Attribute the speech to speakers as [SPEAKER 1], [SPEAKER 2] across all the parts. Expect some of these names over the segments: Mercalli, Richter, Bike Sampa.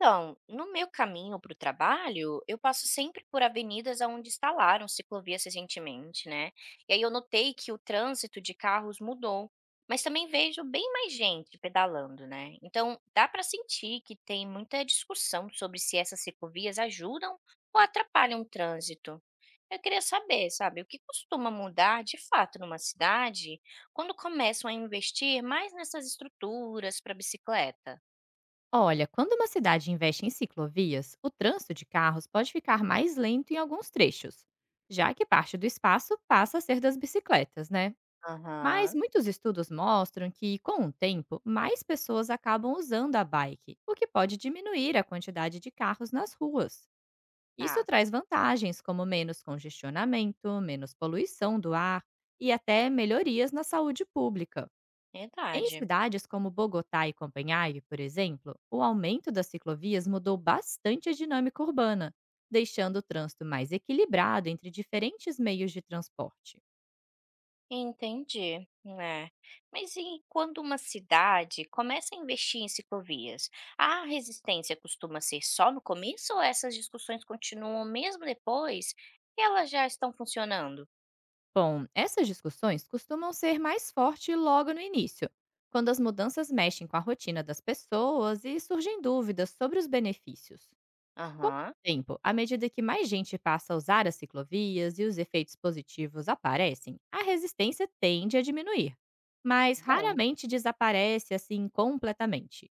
[SPEAKER 1] Então, no meu caminho para o trabalho, eu passo sempre por avenidas onde instalaram ciclovias recentemente, né? E aí eu notei que o trânsito de carros mudou, mas também vejo bem mais gente pedalando, né? Então, dá para sentir que tem muita discussão sobre se essas ciclovias ajudam ou atrapalham o trânsito. Eu queria saber, sabe, o que costuma mudar de fato numa cidade quando começam a investir mais nessas estruturas para bicicleta?
[SPEAKER 2] Olha, quando uma cidade investe em ciclovias, o trânsito de carros pode ficar mais lento em alguns trechos, já que parte do espaço passa a ser das bicicletas, né? Mas
[SPEAKER 1] Aham.
[SPEAKER 2] muitos estudos mostram que, com o tempo, mais pessoas acabam usando a bike, o que pode diminuir a quantidade de carros nas ruas. Isso
[SPEAKER 1] Tá.
[SPEAKER 2] traz vantagens como menos congestionamento, menos poluição do ar e até melhorias na saúde pública. Em
[SPEAKER 1] Verdade.
[SPEAKER 2] cidades como Bogotá e Copenhague, por exemplo, o aumento das ciclovias mudou bastante a dinâmica urbana, deixando o trânsito mais equilibrado entre diferentes meios de transporte.
[SPEAKER 1] Entendi, né. Mas e quando uma cidade começa a investir em ciclovias, a resistência costuma ser só no começo ou essas discussões continuam mesmo depois que elas já estão funcionando?
[SPEAKER 2] Bom, essas discussões costumam ser mais fortes logo no início, quando as mudanças mexem com a rotina das pessoas e surgem dúvidas sobre os benefícios. Com o
[SPEAKER 1] Aham,
[SPEAKER 2] tempo, à medida que mais gente passa a usar as ciclovias e os efeitos positivos aparecem, a resistência tende a diminuir, mas
[SPEAKER 1] bom,
[SPEAKER 2] raramente desaparece assim completamente.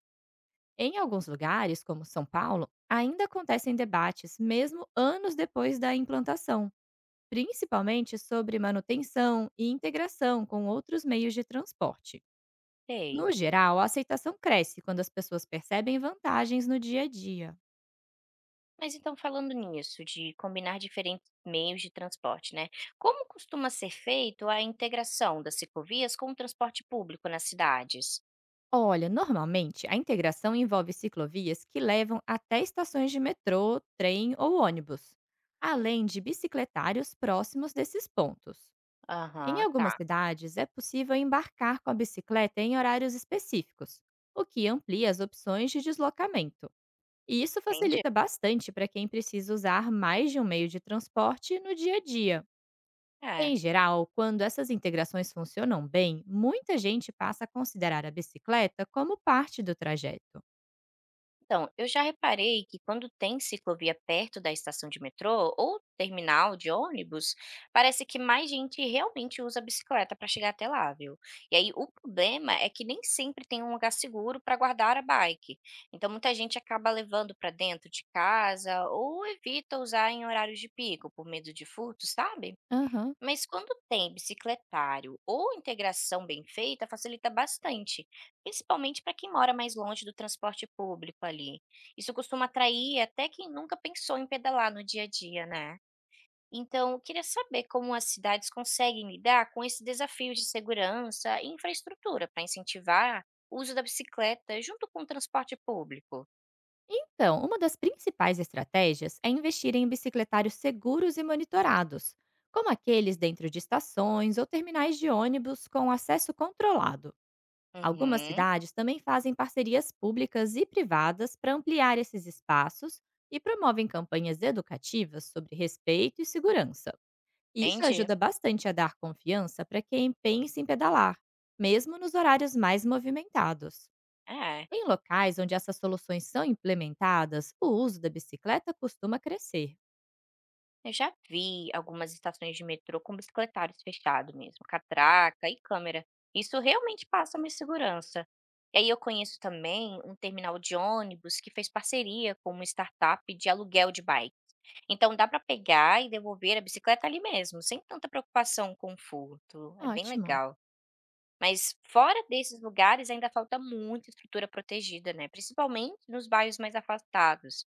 [SPEAKER 2] Em alguns lugares, como São Paulo, ainda acontecem debates, mesmo anos depois da implantação, principalmente sobre manutenção e integração com outros meios de transporte.
[SPEAKER 1] sei.
[SPEAKER 2] No geral, a aceitação cresce quando as pessoas percebem vantagens no dia a dia.
[SPEAKER 1] Mas então falando nisso, de combinar diferentes meios de transporte, né, como costuma ser feito a integração das ciclovias com o transporte público nas cidades?
[SPEAKER 2] Olha, normalmente a integração envolve ciclovias que levam até estações de metrô, trem ou ônibus, além de bicicletários próximos desses pontos. Em
[SPEAKER 1] Aham,
[SPEAKER 2] algumas
[SPEAKER 1] tá,
[SPEAKER 2] cidades, é possível embarcar com a bicicleta em horários específicos, o que amplia as opções de deslocamento. E isso
[SPEAKER 1] entendi.
[SPEAKER 2] facilita bastante para quem precisa usar mais de um meio de transporte no dia a dia.
[SPEAKER 1] É.
[SPEAKER 2] Em geral, quando essas integrações funcionam bem, muita gente passa a considerar a bicicleta como parte do trajeto.
[SPEAKER 1] Então, eu já reparei que quando tem ciclovia perto da estação de metrô ou terminal de ônibus, parece que mais gente realmente usa a bicicleta para chegar até lá, viu? E aí o problema é que nem sempre tem um lugar seguro para guardar a bike. Então, muita gente acaba levando para dentro de casa ou evita usar em horários de pico por medo de furto, sabe?
[SPEAKER 2] Aham.
[SPEAKER 1] Mas quando tem bicicletário ou integração bem feita, facilita bastante, principalmente para quem mora mais longe do transporte público ali. Isso costuma atrair até quem nunca pensou em pedalar no dia a dia, né? Então, eu queria saber como as cidades conseguem lidar com esse desafio de segurança e infraestrutura para incentivar o uso da bicicleta junto com o transporte público.
[SPEAKER 2] Então, uma das principais estratégias é investir em bicicletários seguros e monitorados, como aqueles dentro de estações ou terminais de ônibus com acesso controlado. Algumas
[SPEAKER 1] Uhum,
[SPEAKER 2] cidades também fazem parcerias públicas e privadas para ampliar esses espaços e promovem campanhas educativas sobre respeito e segurança. E isso
[SPEAKER 1] entendi.
[SPEAKER 2] ajuda bastante a dar confiança para quem pensa em pedalar, mesmo nos horários mais movimentados.
[SPEAKER 1] É.
[SPEAKER 2] Em locais onde essas soluções são implementadas, o uso da bicicleta costuma crescer.
[SPEAKER 1] Eu já vi algumas estações de metrô com bicicletários fechado mesmo, catraca e câmera. Isso realmente passa uma segurança. E aí eu conheço também um terminal de ônibus que fez parceria com uma startup de aluguel de bike. Então dá para pegar e devolver a bicicleta ali mesmo, sem tanta preocupação com o furto. É bem
[SPEAKER 2] Ótimo.
[SPEAKER 1] legal. Mas fora desses lugares ainda falta muita estrutura protegida, né? Principalmente nos bairros mais afastados.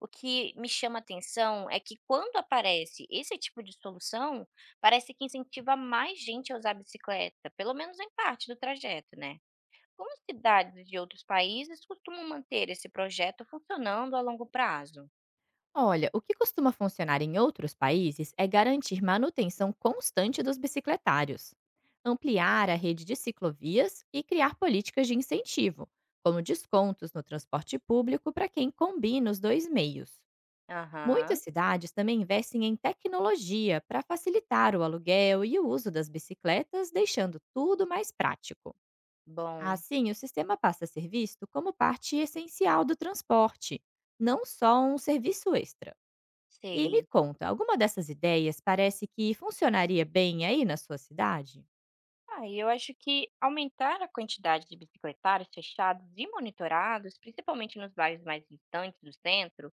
[SPEAKER 1] O que me chama atenção é que quando aparece esse tipo de solução, parece que incentiva mais gente a usar a bicicleta, pelo menos em parte do trajeto, né? Como cidades de outros países costumam manter esse projeto funcionando a longo prazo?
[SPEAKER 2] Olha, o que costuma funcionar em outros países é garantir manutenção constante dos bicicletários, ampliar a rede de ciclovias e criar políticas de incentivo, como descontos no transporte público para quem combina os dois meios. Muitas
[SPEAKER 1] Aham,
[SPEAKER 2] cidades também investem em tecnologia para facilitar o aluguel e o uso das bicicletas, deixando tudo mais prático.
[SPEAKER 1] bom,
[SPEAKER 2] Assim, o sistema passa a ser visto como parte essencial do transporte, não só um serviço extra. E me
[SPEAKER 1] sei.
[SPEAKER 2] conta, alguma dessas ideias parece que funcionaria bem aí na sua cidade?
[SPEAKER 1] Ah, e eu acho que aumentar a quantidade de bicicletários fechados e monitorados, principalmente nos bairros mais distantes do centro,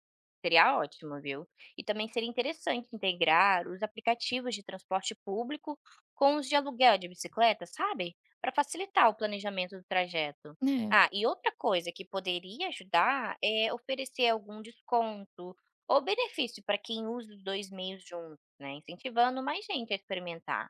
[SPEAKER 1] seria ótimo, viu? E também seria interessante integrar os aplicativos de transporte público com os de aluguel de bicicleta, sabe? Para facilitar o planejamento do trajeto.
[SPEAKER 2] É.
[SPEAKER 1] Ah, e outra coisa que poderia ajudar é oferecer algum desconto ou benefício para quem usa os dois meios juntos, né? Incentivando mais gente a experimentar.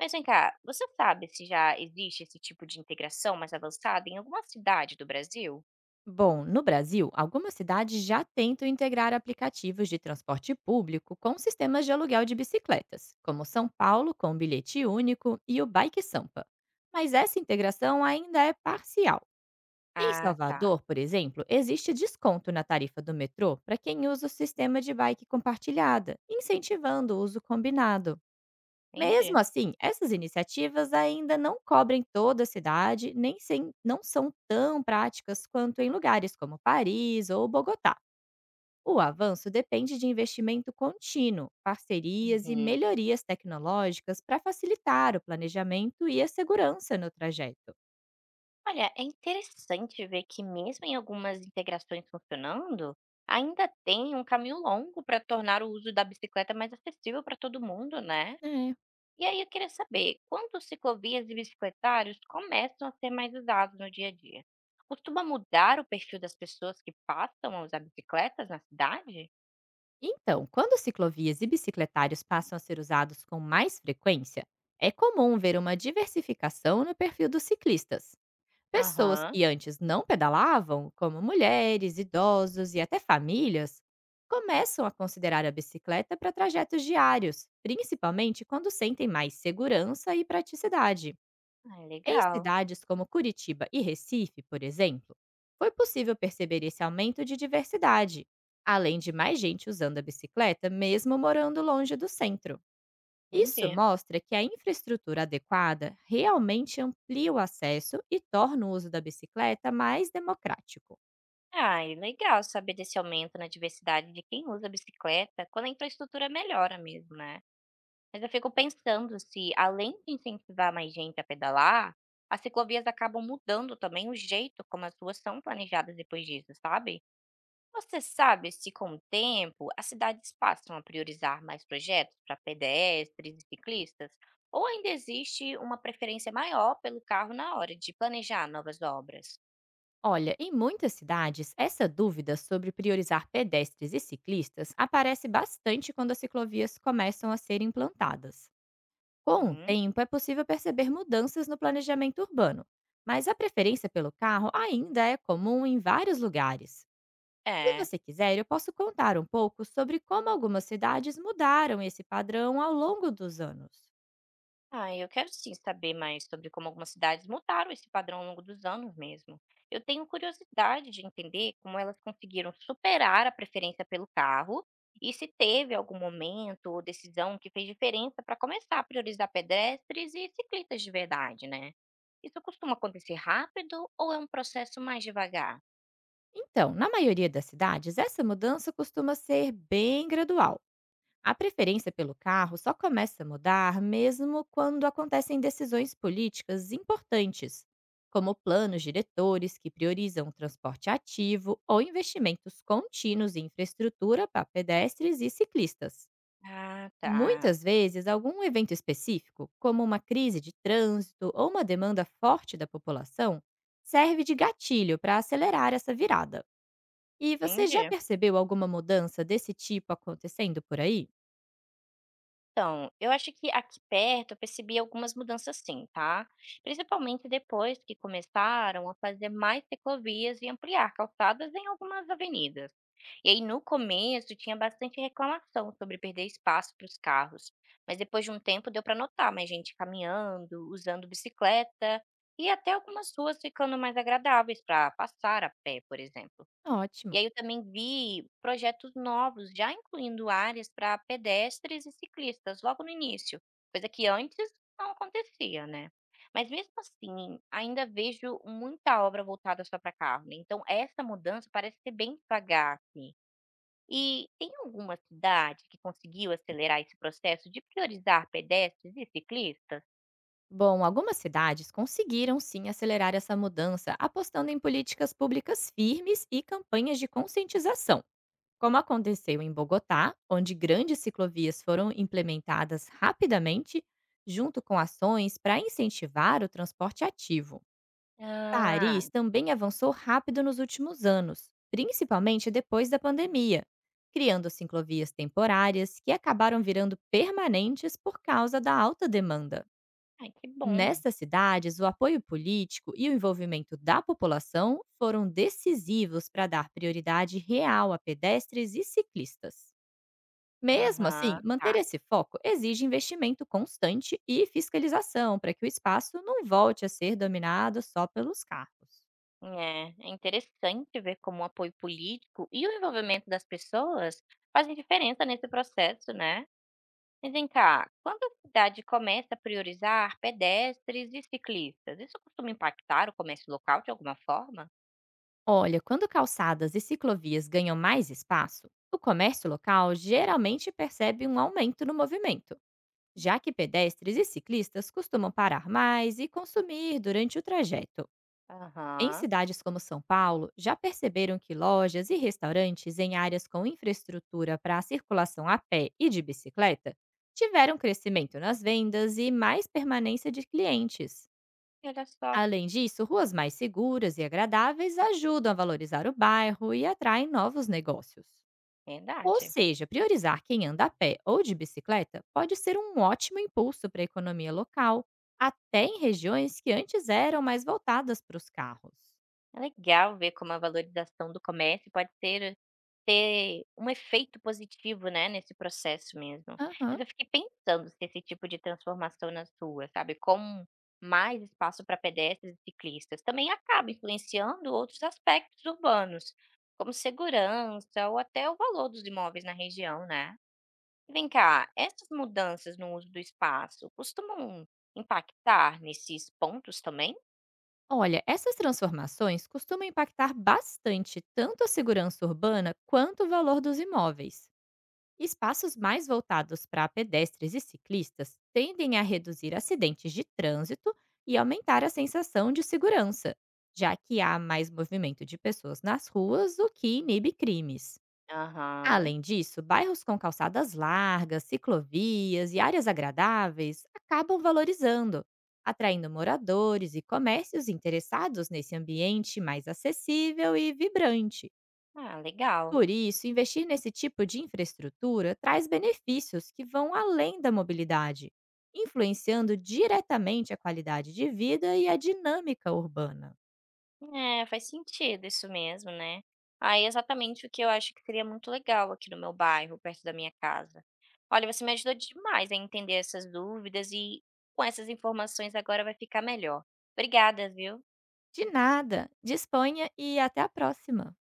[SPEAKER 1] Mas vem cá, você sabe se já existe esse tipo de integração mais avançada em alguma cidade do Brasil?
[SPEAKER 2] Bom, no Brasil, algumas cidades já tentam integrar aplicativos de transporte público com sistemas de aluguel de bicicletas, como São Paulo com o bilhete único e o Bike Sampa. Mas essa integração ainda é parcial. Em
[SPEAKER 1] Ah, tá.
[SPEAKER 2] Salvador, por exemplo, existe desconto na tarifa do metrô para quem usa o sistema de bike compartilhada, incentivando o uso combinado. Mesmo
[SPEAKER 1] Entendi.
[SPEAKER 2] assim, essas iniciativas ainda não cobrem toda a cidade, nem sem- não são tão práticas quanto em lugares como Paris ou Bogotá. O avanço depende de investimento contínuo, parcerias e
[SPEAKER 1] Uhum.
[SPEAKER 2] melhorias tecnológicas para facilitar o planejamento e a segurança no trajeto.
[SPEAKER 1] Olha, é interessante ver que mesmo em algumas integrações funcionando, ainda tem um caminho longo para tornar o uso da bicicleta mais acessível para todo mundo, né?
[SPEAKER 2] É.
[SPEAKER 1] E aí eu queria saber, quando ciclovias e bicicletários começam a ser mais usados no dia a dia? Costuma mudar o perfil das pessoas que passam a usar bicicletas na cidade?
[SPEAKER 2] Então, quando ciclovias e bicicletários passam a ser usados com mais frequência, é comum ver uma diversificação no perfil dos ciclistas. Pessoas
[SPEAKER 1] Aham.
[SPEAKER 2] que antes não pedalavam, como mulheres, idosos e até famílias, começam a considerar a bicicleta para trajetos diários, principalmente quando sentem mais segurança e praticidade.
[SPEAKER 1] Ah,
[SPEAKER 2] Em
[SPEAKER 1] legal,
[SPEAKER 2] cidades como Curitiba e Recife, por exemplo, foi possível perceber esse aumento de diversidade, além de mais gente usando a bicicleta mesmo morando longe do centro. Isso
[SPEAKER 1] entendi.
[SPEAKER 2] mostra que a infraestrutura adequada realmente amplia o acesso e torna o uso da bicicleta mais democrático.
[SPEAKER 1] Ah, e legal saber desse aumento na diversidade de quem usa bicicleta quando a infraestrutura melhora mesmo, né? Mas eu fico pensando se, além de incentivar mais gente a pedalar, as ciclovias acabam mudando também o jeito como as ruas são planejadas depois disso, sabe? Você sabe se, com o tempo, as cidades passam a priorizar mais projetos para pedestres e ciclistas? Ou ainda existe uma preferência maior pelo carro na hora de planejar novas obras?
[SPEAKER 2] Olha, em muitas cidades, essa dúvida sobre priorizar pedestres e ciclistas aparece bastante quando as ciclovias começam a ser implantadas. Com o
[SPEAKER 1] Hum.
[SPEAKER 2] tempo, é possível perceber mudanças no planejamento urbano, mas a preferência pelo carro ainda é comum em vários lugares. Se
[SPEAKER 1] É.
[SPEAKER 2] você quiser, eu posso contar um pouco sobre como algumas cidades mudaram esse padrão ao longo dos anos.
[SPEAKER 1] Ah, eu quero sim saber mais sobre como algumas cidades mudaram esse padrão ao longo dos anos mesmo. Eu tenho curiosidade de entender como elas conseguiram superar a preferência pelo carro e se teve algum momento ou decisão que fez diferença para começar a priorizar pedestres e ciclistas de verdade, né? Isso costuma acontecer rápido ou é um processo mais devagar?
[SPEAKER 2] Então, na maioria das cidades, essa mudança costuma ser bem gradual. A preferência pelo carro só começa a mudar mesmo quando acontecem decisões políticas importantes, como planos diretores que priorizam o transporte ativo ou investimentos contínuos em infraestrutura para pedestres e ciclistas.
[SPEAKER 1] Ah, tá.
[SPEAKER 2] Muitas vezes, algum evento específico, como uma crise de trânsito ou uma demanda forte da população, serve de gatilho para acelerar essa virada. E você já
[SPEAKER 1] Entendi.
[SPEAKER 2] percebeu alguma mudança desse tipo acontecendo por aí?
[SPEAKER 1] Então, eu acho que aqui perto eu percebi algumas mudanças sim, tá? Principalmente depois que começaram a fazer mais ciclovias e ampliar calçadas em algumas avenidas. E aí, no começo, tinha bastante reclamação sobre perder espaço para os carros, mas depois de um tempo deu para notar mais gente caminhando, usando bicicleta e até algumas ruas ficando mais agradáveis para passar a pé, por exemplo. E
[SPEAKER 2] Ótimo!
[SPEAKER 1] aí eu também vi projetos novos, já incluindo áreas para pedestres e ciclistas logo no início, coisa que antes não acontecia, né. Mas mesmo assim, ainda vejo muita obra voltada só para carro, né, então essa mudança parece ser bem devagar aqui. E tem alguma cidade que conseguiu acelerar esse processo de priorizar pedestres e ciclistas?
[SPEAKER 2] Bom, algumas cidades conseguiram sim acelerar essa mudança apostando em políticas públicas firmes e campanhas de conscientização. Como aconteceu em Bogotá, onde grandes ciclovias foram implementadas rapidamente, junto com ações para incentivar o transporte ativo.
[SPEAKER 1] Ah,
[SPEAKER 2] Paris também avançou rápido nos últimos anos, principalmente depois da pandemia, criando ciclovias temporárias que acabaram virando permanentes por causa da alta demanda.
[SPEAKER 1] ai que bom.
[SPEAKER 2] Nestas cidades, o apoio político e o envolvimento da população foram decisivos para dar prioridade real a pedestres e ciclistas. Mesmo assim,
[SPEAKER 1] Aham, tá.
[SPEAKER 2] manter esse foco exige investimento constante e fiscalização para que o espaço não volte a ser dominado só pelos carros.
[SPEAKER 1] É, é interessante ver como o apoio político e o envolvimento das pessoas fazem diferença nesse processo, né? Mas vem cá, quando a cidade começa a priorizar pedestres e ciclistas, isso costuma impactar o comércio local de alguma forma?
[SPEAKER 2] Olha, quando calçadas e ciclovias ganham mais espaço, o comércio local geralmente percebe um aumento no movimento, já que pedestres e ciclistas costumam parar mais e consumir durante o trajeto. Em
[SPEAKER 1] Aham,
[SPEAKER 2] cidades como São Paulo, já perceberam que lojas e restaurantes em áreas com infraestrutura para a circulação a pé e de bicicleta tiveram crescimento nas vendas e mais permanência de clientes.
[SPEAKER 1] e olha só,
[SPEAKER 2] Além disso, ruas mais seguras e agradáveis ajudam a valorizar o bairro e atraem novos negócios. Ou
[SPEAKER 1] verdade.
[SPEAKER 2] seja, priorizar quem anda a pé ou de bicicleta pode ser um ótimo impulso para a economia local, até em regiões que antes eram mais voltadas para os carros.
[SPEAKER 1] É legal ver como a valorização do comércio pode ser ter um efeito positivo, né, nesse processo mesmo.
[SPEAKER 2] Aham.
[SPEAKER 1] Mas eu fiquei pensando se esse tipo de transformação nas ruas, sabe, com mais espaço para pedestres e ciclistas, também acaba influenciando outros aspectos urbanos, como segurança ou até o valor dos imóveis na região, né? Vem cá, essas mudanças no uso do espaço costumam impactar nesses pontos também?
[SPEAKER 2] Olha, essas transformações costumam impactar bastante tanto a segurança urbana quanto o valor dos imóveis. Espaços mais voltados para pedestres e ciclistas tendem a reduzir acidentes de trânsito e aumentar a sensação de segurança, já que há mais movimento de pessoas nas ruas, o que inibe crimes.
[SPEAKER 1] Aham.
[SPEAKER 2] Além disso, bairros com calçadas largas, ciclovias e áreas agradáveis acabam valorizando, atraindo moradores e comércios interessados nesse ambiente mais acessível e vibrante.
[SPEAKER 1] Ah, legal.
[SPEAKER 2] Por isso, investir nesse tipo de infraestrutura traz benefícios que vão além da mobilidade, influenciando diretamente a qualidade de vida e a dinâmica urbana.
[SPEAKER 1] É, faz sentido isso mesmo, né. Aí é exatamente o que eu acho que seria muito legal aqui no meu bairro, perto da minha casa. Olha, você me ajudou demais a entender essas dúvidas e com essas informações agora vai ficar melhor. Obrigada, viu?
[SPEAKER 2] De nada, disponha e até a próxima!